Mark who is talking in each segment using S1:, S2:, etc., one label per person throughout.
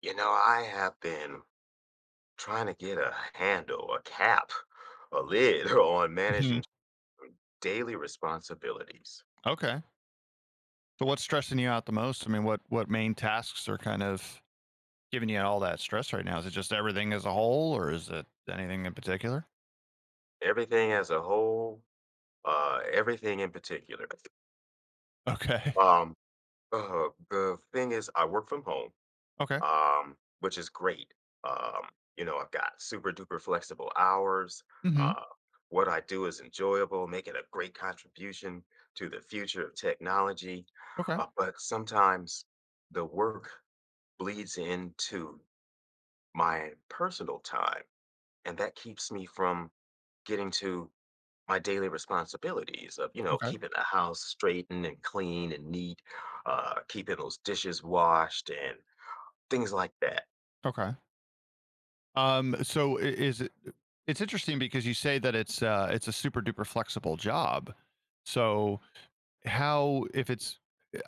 S1: You know, I have been trying to get a handle, a cap, a lid on
S2: Mhm.
S1: managing daily responsibilities.
S2: Okay. So what's stressing you out the most? I mean, what main tasks are kind of giving you all that stress right now? Is it just everything as a whole, or is it anything in particular?
S1: Everything as a whole, everything in particular.
S2: Okay.
S1: Um, the thing is, I work from home,
S2: Okay.
S1: which is great. Um, you know, I've got super duper flexible hours.
S2: Hmm.
S1: Uh, what I do is enjoyable, making a great contribution to the future of technology.
S2: Okay.
S1: But sometimes the work bleeds into my personal time, and that keeps me from getting to my daily responsibilities of, you know,
S2: Okay.
S1: keeping the house straightened and clean and neat, keeping those dishes washed and things like that.
S2: Okay. So is it? It's interesting because you say that it's a super duper flexible job. So how if it's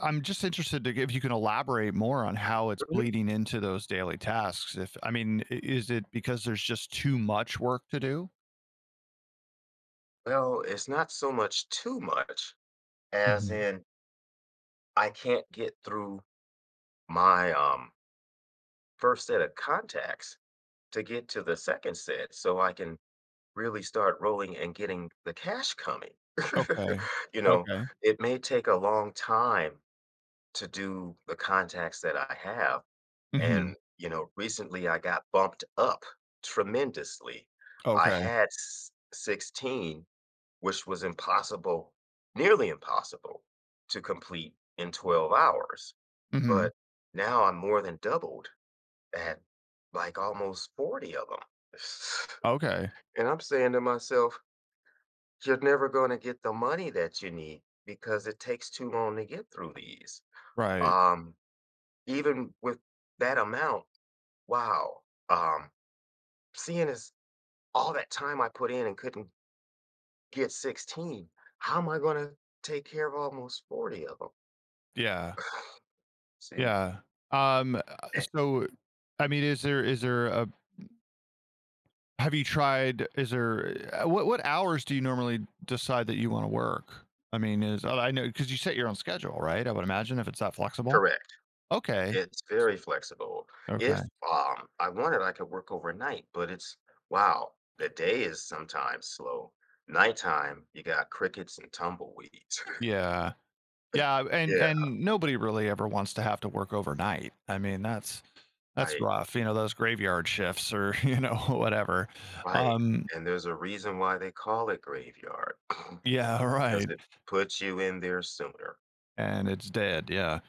S2: I'm just interested to if you can elaborate more on how it's
S1: Mhm.
S2: bleeding into those daily tasks. If I mean, is it because there's just too much work to do?
S1: Well, it's not so much too much as
S2: Mhm.
S1: in I can't get through my first set of contacts to get to the second set so I can really start rolling and getting the cash coming.
S2: Okay.
S1: You know,
S2: Okay.
S1: it may take a long time to do the contacts that I have,
S2: Mhm.
S1: and, you know, recently I got bumped up tremendously. I
S2: Okay.
S1: had s 16, which was impossible, nearly impossible to complete in 12 hours,
S2: Mhm.
S1: but now I'm more than doubled at, like, almost 40 of them.
S2: Okay.
S1: And I'm saying to myself, you're never going to get the money that you need because it takes too long to get through these.
S2: Right.
S1: Um, Even with that amount, wow. Um, Seeing as all that time I put in and couldn't get 16, how am I going to take care of almost 40 of them?
S2: Yeah.
S1: See,
S2: Yeah. Um, uh,
S1: eh,
S2: so, I mean, is there a have you tried is there what hours do you normally decide that you wanna work? I mean, is oh, I know because you set your own schedule, right? I would imagine if it's that flexible?
S1: correct.
S2: Okay.
S1: It's very flexible.
S2: Okay.
S1: If I wanted, I could work overnight, but it's wow, the day is sometimes slow. Nighttime, you got crickets and tumbleweeds.
S2: Yeah. Yeah, and
S1: Yeah,
S2: and nobody really ever wants to have to work overnight. I mean, that's
S1: right.
S2: rough, you know, those graveyard shifts or, you know, whatever.
S1: Right,
S2: Um,
S1: and there's a reason why they call it graveyard,
S2: yeah,
S1: because
S2: right,
S1: it puts you in there sooner.
S2: and it's dead, yeah.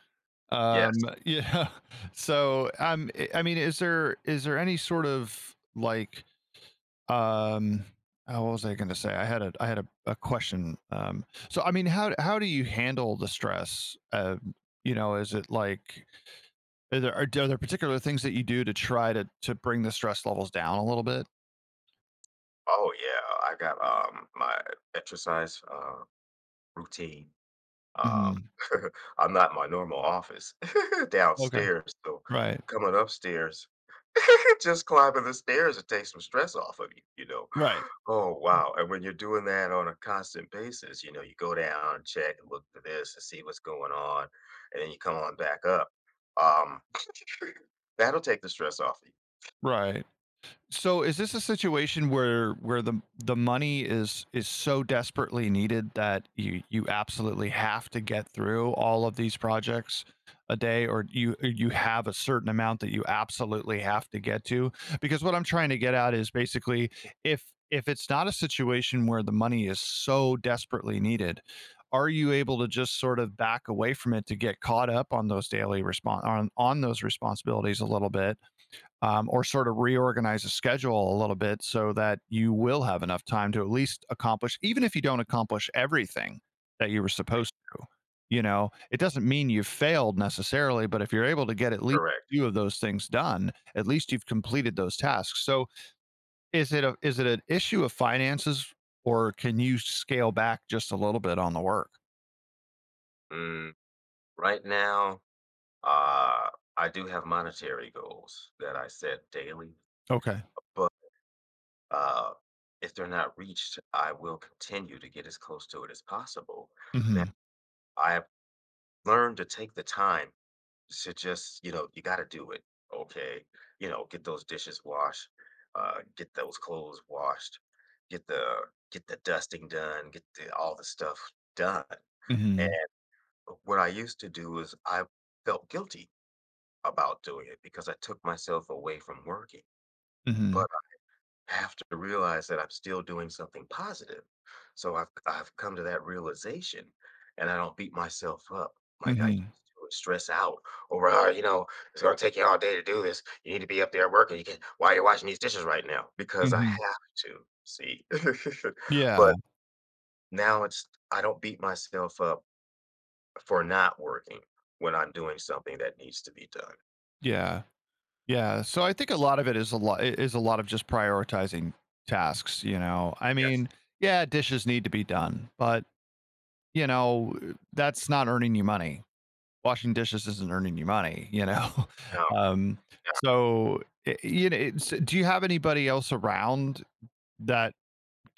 S2: Um,
S1: Yes.
S2: yeah, so, I mean, is there any sort of, like. Um, oh, what was I going to say? I had a question. So I mean, how do you handle the stress? Is it like are there particular things that you do to try to bring the stress levels down a little bit?
S1: Oh, yeah, I got, my exercise, routine. Um,
S2: Hmm.
S1: I'm not in my normal office
S2: Okay.
S1: downstairs, so
S2: Right.
S1: coming upstairs just climbing the stairs to take some stress off of you, you know?
S2: Right.
S1: Oh, wow, and when you're doing that on a constant basis, you know, you go down and check and look for this and see what's going on, and then you come on back up. Um, that'll take the stress off of you,
S2: Right. So is this a situation where the money is so desperately needed that you absolutely have to get through all of these projects a day, or you have a certain amount that you absolutely have to get to? Because what I'm trying to get at is basically if it's not a situation where the money is so desperately needed, are you able to just sort of back away from it to get caught up on those daily respons on those responsibilities a little bit, or sort of reorganize the schedule a little bit so that you will have enough time to at least accomplish, even if you don't accomplish everything that you were
S1: right?
S2: supposed to. You know, it doesn't mean you've failed necessarily, but if you're able to get at least
S1: Correct.
S2: a few of those things done, at least you've completed those tasks. So is it an issue of finances, or can you scale back just a little bit on the work?
S1: Mm, right now, uh, I do have monetary goals that I set daily,
S2: Okay.
S1: but, uh, if they're not reached, I will continue to get as close to it as possible. Now,
S2: Mm-hmm.
S1: I have learned to take the time should just, you know, you got to do it. Okay. You know, get those dishes washed, get those clothes washed, get the dusting done, get the, all the stuff done. And
S2: Mm-hmm.
S1: what I used to do is I felt guilty about doing it because I took myself away from working.
S2: Mm-hmm.
S1: But have to realize that I'm still doing something positive. So I've come to that realization, and I don't beat myself up like I used
S2: Mm-hmm.
S1: to, or stress out over, "Oh, you know, it's gonna take you all day to do this. You need to be up there working. You can why are you washing these dishes right now? Because I
S2: Mm-hmm.
S1: have to see."
S2: Yeah.
S1: But now it's I don't beat myself up for not working when I'm doing something that needs to be done.
S2: Yeah. Yeah, so I think a lot of it is a lot of just prioritizing tasks, you know? I
S1: Yes.
S2: mean, yeah, dishes need to be done, but, you know, that's not earning you money. Washing dishes isn't earning you money, you know?
S1: No.
S2: Um, so, I it's do you have anybody else around that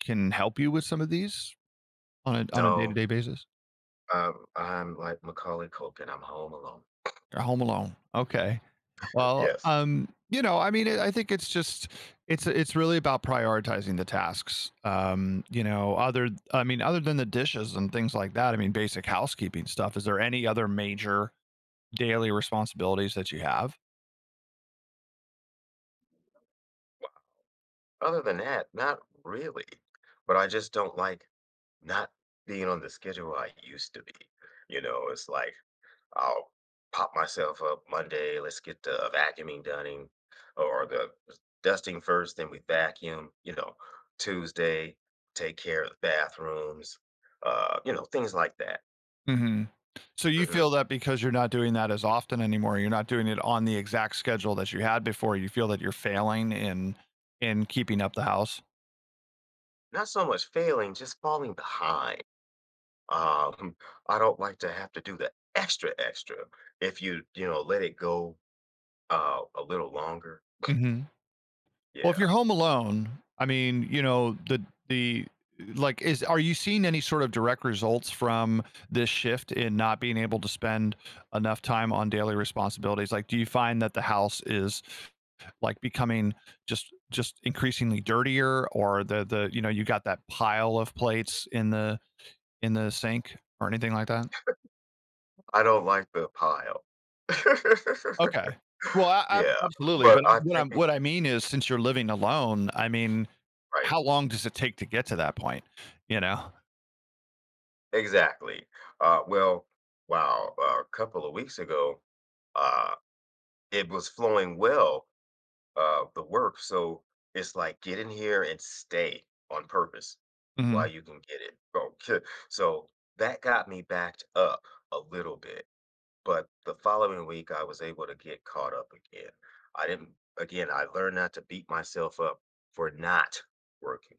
S2: can help you with some of these on a
S1: No, no.
S2: day-to-day basis?
S1: I'm like Macaulay Culkin. I'm home alone.
S2: You're home alone. Okay. Well,
S1: Yes.
S2: you know, I mean, I think it's really about prioritizing the tasks. You know, other I mean, other than the dishes and things like that, I mean, basic housekeeping stuff. Is there any other major daily responsibilities that you have?
S1: Other than that, not really, but I just don't like not being on the schedule I used to be. You know, it's like I'll pop myself up Monday, let's get the vacuuming done in- or the dusting first, then we vacuum, you know, Tuesday, take care of the bathrooms, you know, things like that.
S2: Hmm. So you
S1: hmm
S2: feel that because you're not doing that as often anymore, you're not doing it on the exact schedule that you had before. You feel that you're failing in keeping up the house.
S1: Not so much failing, just falling behind. Um, I don't like to have to do the extra, extra. If you, you know, let it go a little longer,
S2: Well, if you're
S1: yeah.
S2: home alone, I mean, you know, the like is are you seeing any sort of direct results from this shift in not being able to spend enough time on daily responsibilities? Like, do you find that the house is like becoming just increasingly dirtier, or the you know, you got that pile of plates in the sink or anything like that?
S1: I don't like the pile.
S2: Okay. Well, a ab
S1: Yeah,
S2: absolutely,
S1: but
S2: but I'm
S1: I think it
S2: what I mean is, since you're living alone, I mean,
S1: right,
S2: how long does it take to get to that point? You know.
S1: exactly. Well, wow, a couple of weeks ago, uh, it was flowing well, the work, so it's like, "Get in here and stay on purpose
S2: Mm-hmm.
S1: while you can get it." Okay, so that got me backed up a little bit. But the following week, I was able to get caught up again. I didn't, again, I learned not to beat myself up for not working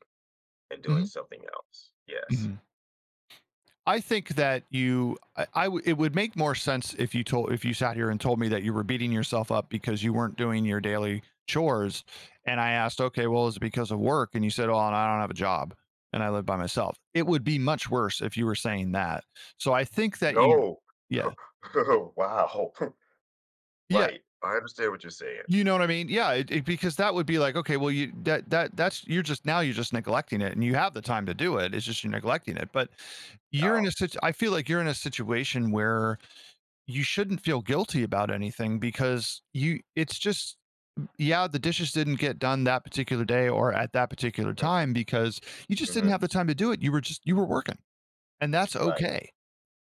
S1: and doing
S2: Mm-hmm.
S1: something else. Yes.
S2: Mm-hmm. I think that you, It would make more sense if if you sat here and told me that you were beating yourself up because you weren't doing your daily chores, and I asked, okay, well, is it because of work? And you said, oh, and I don't have a job and I live by myself. It would be much worse if you were saying that. So I think that you,
S1: No.
S2: yeah,
S1: Wow.
S2: yeah.
S1: Right. I understand what you're saying.
S2: You know what I mean? Yeah, because that would be like, okay, well, you that that that's you're just now you're just neglecting it, and you have the time to do it. It's just you're neglecting it. But you're in
S1: Oh.
S2: a situ- I feel like you're in a situation where you shouldn't feel guilty about anything, because you it's just yeah, the dishes didn't get done that particular day or at that particular
S1: Mhm,
S2: time because you just didn't
S1: mhm,
S2: have the time to do it. You were working, and that's
S1: right.
S2: okay,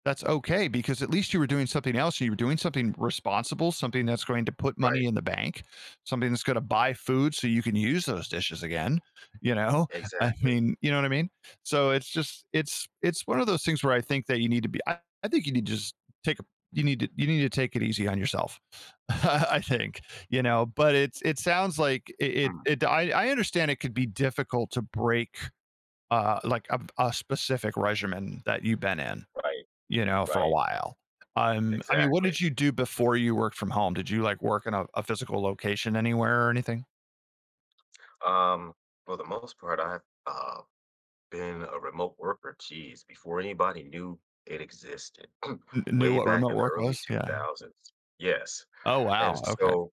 S2: because at least you were doing something else, you were doing something responsible, something that's going to put money
S1: Right.
S2: in the bank, something that's going to buy food so you can use those dishes again, you know? I
S1: Exactly.
S2: mean, you know what I mean? So it's just it's one of those things where I think that you need to be I think you need to just take a you need to take it easy on yourself. I think, you know, but it sounds like it it,
S1: Mm,
S2: it I, I understand it could be difficult to break like a specific regimen that you've been in,
S1: right.
S2: for a
S1: Right.
S2: while. I mean, what
S1: Exactly.
S2: did you do before you worked from home? Did you like work in a physical location anywhere or anything?
S1: Um, for the most part, I've uh, been a remote worker, geez, before anybody knew it existed.
S2: Knew
S1: Way
S2: what
S1: back
S2: remote
S1: in the
S2: work
S1: early
S2: was? Yeah.
S1: 2000s. Yes,
S2: Oh,
S1: and
S2: wow. Okay.
S1: so,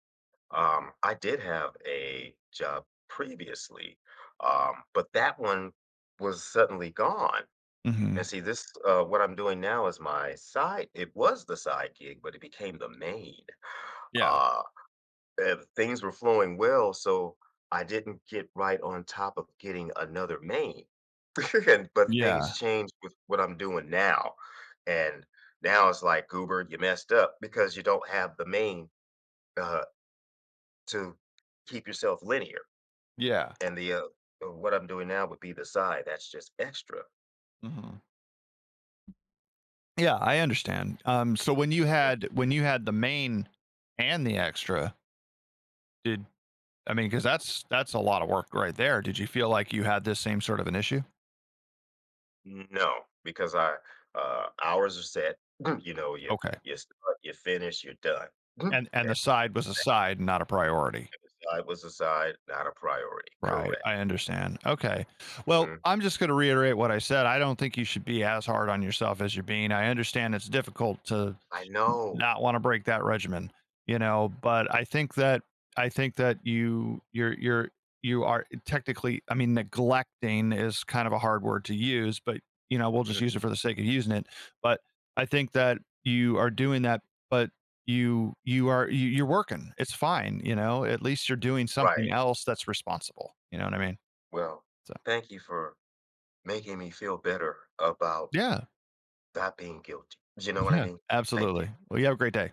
S1: I did have a job previously, but that one was suddenly gone, and
S2: Hmm.
S1: see, this, what I'm doing now is my side it was the side gig, but it became the main,
S2: Yeah.
S1: uh things were flowing well, so I didn't get right on top of getting another main. And but things
S2: Yeah.
S1: changed with what I'm doing now, and now it's like, "Goober, you messed up because you don't have the main, uh, to keep yourself linear."
S2: Yeah.
S1: And the, what I'm doing now would be the side that's just extra.
S2: Hmm. Yeah. I understand. So when you had the main and the extra, did I mean, because that's a lot of work right there. Did you feel like you had this same sort of an issue?
S1: Mhm. No, because I hours are set, you know, you
S2: Okay.
S1: you start, you finish, you're done.
S2: And the side was a side, not a priority.
S1: And the side was a side, not a priority.
S2: Right. I
S1: Correct.
S2: understand. Okay. Well,
S1: Mhm.
S2: I'm just going to reiterate what I said. I don't think you should be as hard on yourself as you're being. I understand it's difficult to
S1: I know.
S2: not want to break that regimen, you know. But I think that you you're you are technically, I mean, neglecting is kind of a hard word to use, but you know, we'll
S1: Mm,
S2: just use it for the sake of using it. But I think that you are doing that, but you're working. It's fine, you know. At least you're doing something
S1: right.
S2: else that's responsible. You know what I mean?
S1: Well,
S2: So
S1: thank you for making me feel better about
S2: yeah,
S1: not being guilty. You know what I
S2: yeah,
S1: mean? Thank you.
S2: absolutely. Well, you have a great day.